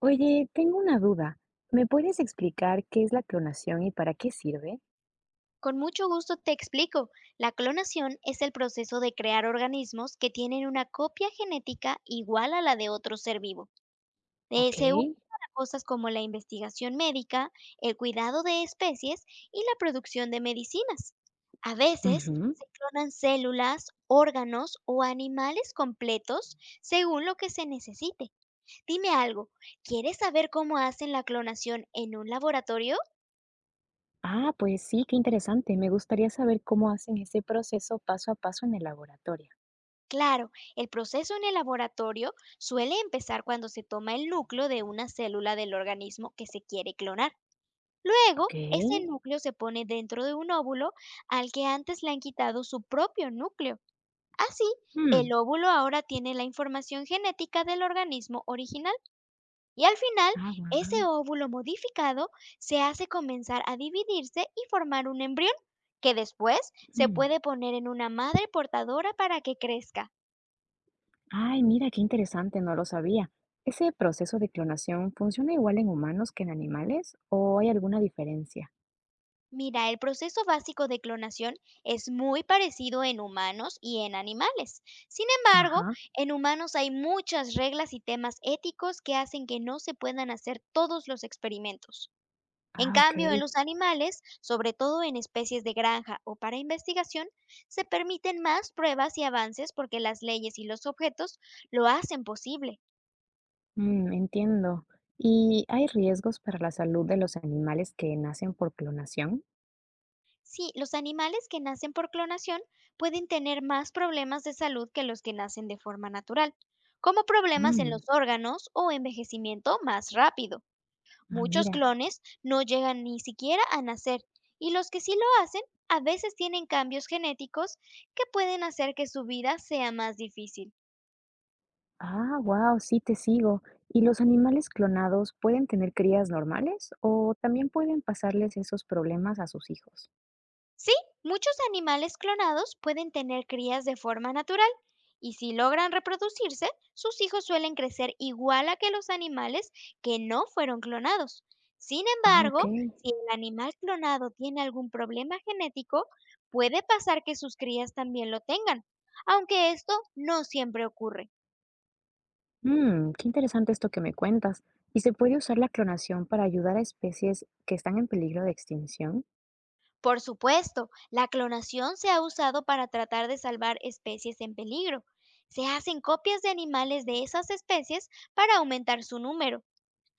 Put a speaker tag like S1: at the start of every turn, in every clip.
S1: Oye, tengo una duda. ¿Me puedes explicar qué es la clonación y para qué sirve?
S2: Con mucho gusto te explico. La clonación es el proceso de crear organismos que tienen una copia genética igual a la de otro ser vivo.
S1: Ok.
S2: Se usa para cosas como la investigación médica, el cuidado de especies y la producción de medicinas. A veces
S1: Ujú.
S2: se clonan células, órganos o animales completos según lo que se necesite. Dime algo, ¿quieres saber cómo hacen la clonación en un laboratorio?
S1: Ah, pues sí, qué interesante. Me gustaría saber cómo hacen ese proceso paso a paso en el laboratorio.
S2: Claro, el proceso en el laboratorio suele empezar cuando se toma el núcleo de una célula del organismo que se quiere clonar.
S1: Ok.
S2: Luego, ese núcleo se pone dentro de un óvulo al que antes le han quitado su propio núcleo. Así,
S1: Hmm.
S2: el óvulo ahora tiene la información genética del organismo original y al final,
S1: Ah, wow.
S2: ese óvulo modificado se hace comenzar a dividirse y formar un embrión que después se puede poner en una madre portadora para que crezca.
S1: Ay, mira, qué interesante, no lo sabía. ¿Ese proceso de clonación funciona igual en humanos que en animales o hay alguna diferencia?
S2: Mira, el proceso básico de clonación es muy parecido en humanos y en animales. Sin embargo,
S1: Ajá.
S2: en humanos hay muchas reglas y temas éticos que hacen que no se puedan hacer todos los experimentos. En
S1: Ah, ok.
S2: cambio, en los animales, sobre todo en especies de granja o para investigación, se permiten más pruebas y avances porque las leyes y los objetos lo hacen posible.
S1: Mm, entiendo. ¿Y hay riesgos para la salud de los animales que nacen por clonación?
S2: Sí, los animales que nacen por clonación pueden tener más problemas de salud que los que nacen de forma natural, como problemas en
S1: Mm,
S2: los órganos o envejecimiento más rápido.
S1: ah,
S2: Muchos
S1: mira.
S2: clones no llegan ni siquiera a nacer y los que sí lo hacen a veces tienen cambios genéticos que pueden hacer que su vida sea más difícil.
S1: Ah, wow, sí te sigo. ¿Y los animales clonados pueden tener crías normales o también pueden pasarles esos problemas a sus hijos?
S2: Sí, muchos animales clonados pueden tener crías de forma natural y si logran reproducirse, sus hijos suelen crecer igual a que los animales que no fueron clonados. Sin
S1: Ah, ok.
S2: embargo, si el animal clonado tiene algún problema genético, puede pasar que sus crías también lo tengan, aunque esto no siempre ocurre.
S1: Mm, qué interesante esto que me cuentas. ¿Y se puede usar la clonación para ayudar a especies que están en peligro de extinción?
S2: Por supuesto, la clonación se ha usado para tratar de salvar especies en peligro. Se hacen copias de animales de esas especies para aumentar su número.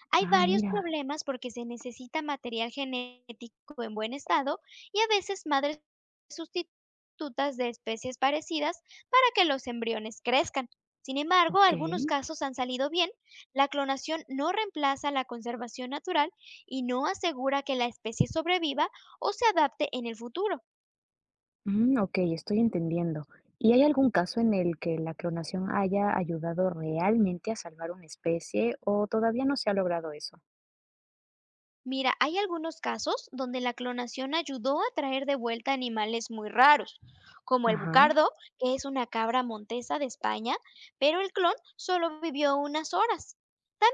S2: Hay
S1: Ah,
S2: varios
S1: mira.
S2: problemas porque se necesita material genético en buen estado y a veces madres sustitutas de especies parecidas para que los embriones crezcan. Sin embargo,
S1: Ok.
S2: algunos casos han salido bien. La clonación no reemplaza la conservación natural y no asegura que la especie sobreviva o se adapte en el futuro.
S1: Mm, ok, estoy entendiendo. ¿Y hay algún caso en el que la clonación haya ayudado realmente a salvar una especie o todavía no se ha logrado eso?
S2: Mira, hay algunos casos donde la clonación ayudó a traer de vuelta animales muy raros, como el
S1: Ajá,
S2: bucardo, que es una cabra montesa de España, pero el clon solo vivió unas horas.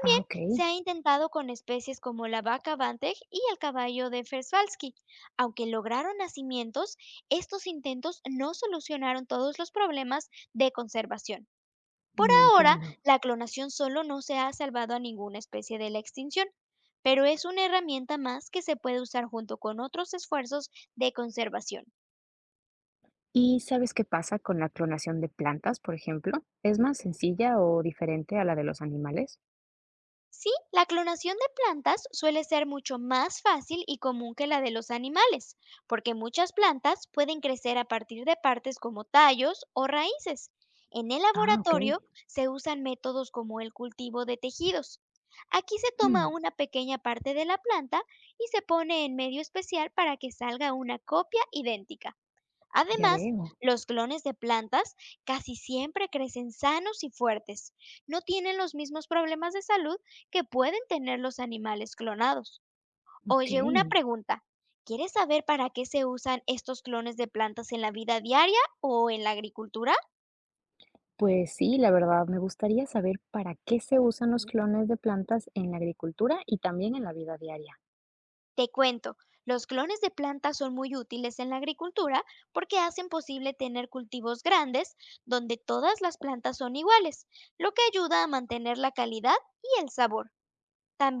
S1: ah, ok.
S2: se ha intentado con especies como la vaca Banteg y el caballo de Fersbalski. Aunque lograron nacimientos, estos intentos no solucionaron todos los problemas de conservación. Por
S1: Mm,
S2: ahora,
S1: entiendo.
S2: la clonación solo no se ha salvado a ninguna especie de la extinción, pero es una herramienta más que se puede usar junto con otros esfuerzos de conservación.
S1: ¿Y sabes qué pasa con la clonación de plantas, por ejemplo? ¿Es más sencilla o diferente a la de los animales?
S2: Sí, la clonación de plantas suele ser mucho más fácil y común que la de los animales, porque muchas plantas pueden crecer a partir de partes como tallos o raíces. En el
S1: Ah, ok.
S2: laboratorio se usan métodos como el cultivo de tejidos. Aquí se
S1: Hmm,
S2: toma una pequeña parte de la planta y se pone en medio especial para que salga una copia idéntica.
S1: ya
S2: Además,
S1: veo.
S2: los clones de plantas casi siempre crecen sanos y fuertes. No tienen los mismos problemas de salud que pueden tener los animales clonados.
S1: Ok.
S2: Oye, una pregunta. ¿Quieres saber para qué se usan estos clones de plantas en la vida diaria o en la agricultura?
S1: Pues sí, la verdad, me gustaría saber para qué se usan los clones de plantas en la agricultura y también en la vida diaria.
S2: Te cuento, los clones de plantas son muy útiles en la agricultura porque hacen posible tener cultivos grandes donde todas las plantas son iguales, lo que ayuda a mantener la calidad y el sabor.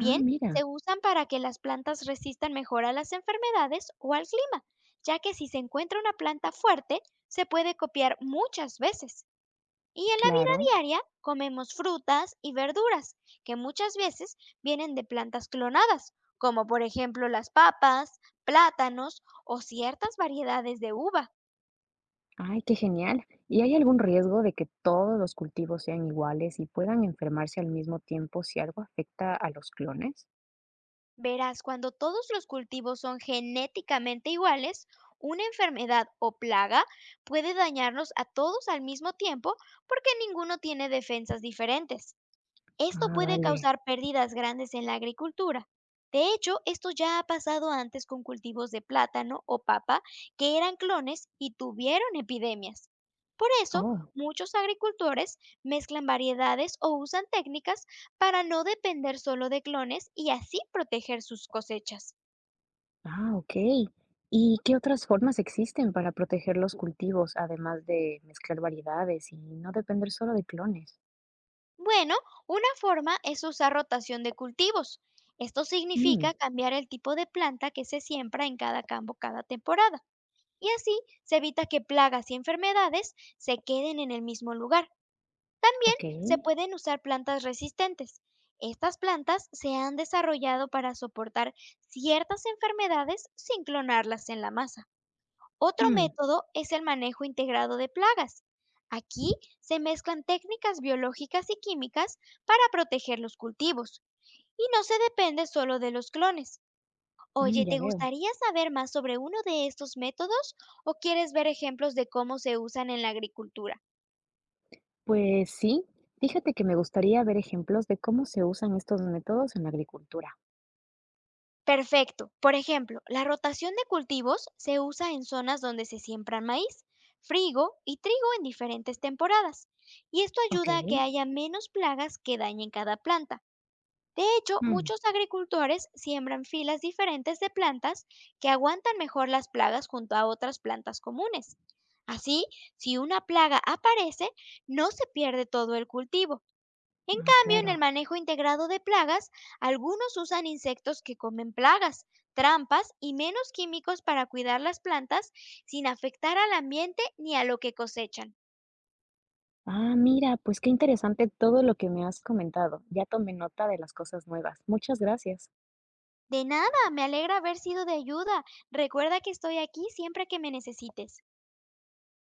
S1: Ah,
S2: se
S1: mira,
S2: usan para que las plantas resistan mejor a las enfermedades o al clima, ya que si se encuentra una planta fuerte, se puede copiar muchas veces. Y en la vida
S1: claro.
S2: diaria comemos frutas y verduras, que muchas veces vienen de plantas clonadas, como por ejemplo las papas, plátanos o ciertas variedades de uva.
S1: Ay, qué genial. ¿Y hay algún riesgo de que todos los cultivos sean iguales y puedan enfermarse al mismo tiempo si algo afecta a los clones?
S2: Verás, cuando todos los cultivos son genéticamente iguales, una enfermedad o plaga puede dañarnos a todos al mismo tiempo porque ninguno tiene defensas diferentes. Esto
S1: Ah,
S2: puede
S1: vale.
S2: causar pérdidas grandes en la agricultura. De hecho, esto ya ha pasado antes con cultivos de plátano o papa que eran clones y tuvieron epidemias. Por eso,
S1: Oh,
S2: muchos agricultores mezclan variedades o usan técnicas para no depender solo de clones y así proteger sus cosechas.
S1: ah, ok. ¿Y qué otras formas existen para proteger los cultivos, además de mezclar variedades y no depender solo de clones?
S2: Bueno, una forma es usar rotación de cultivos. Esto
S1: Mm,
S2: significa cambiar el tipo de planta que se siembra en cada campo cada temporada, y así se evita que plagas y enfermedades se queden en el mismo lugar. También
S1: ok.
S2: se pueden usar plantas resistentes. Estas plantas se han desarrollado para soportar ciertas enfermedades sin clonarlas en la masa. Otro
S1: Mm,
S2: método es el manejo integrado de plagas. Aquí se mezclan técnicas biológicas y químicas para proteger los cultivos y no se depende solo de los clones.
S1: mm,
S2: Oye,
S1: ya
S2: ¿te
S1: veo.
S2: gustaría saber más sobre uno de estos métodos o quieres ver ejemplos de cómo se usan en la agricultura?
S1: Pues sí, fíjate que me gustaría ver ejemplos de cómo se usan estos métodos en la agricultura.
S2: Perfecto. Por ejemplo, la rotación de cultivos se usa en zonas donde se siembran maíz, frigo y trigo en diferentes temporadas, y esto
S1: Ok.
S2: ayuda a que haya menos plagas que dañen cada planta. De hecho,
S1: Mm,
S2: muchos agricultores siembran filas diferentes de plantas que aguantan mejor las plagas junto a otras plantas comunes. Así, si una plaga aparece, no se pierde todo el cultivo. En
S1: ah,
S2: cambio, en el
S1: claro.
S2: manejo integrado de plagas, algunos usan insectos que comen plagas, trampas y menos químicos para cuidar las plantas sin afectar al ambiente ni a lo que cosechan.
S1: Ah, mira, pues qué interesante todo lo que me has comentado. Ya tomé nota de las cosas nuevas. Muchas gracias.
S2: De nada, me alegra haber sido de ayuda. Recuerda que estoy aquí siempre que me necesites.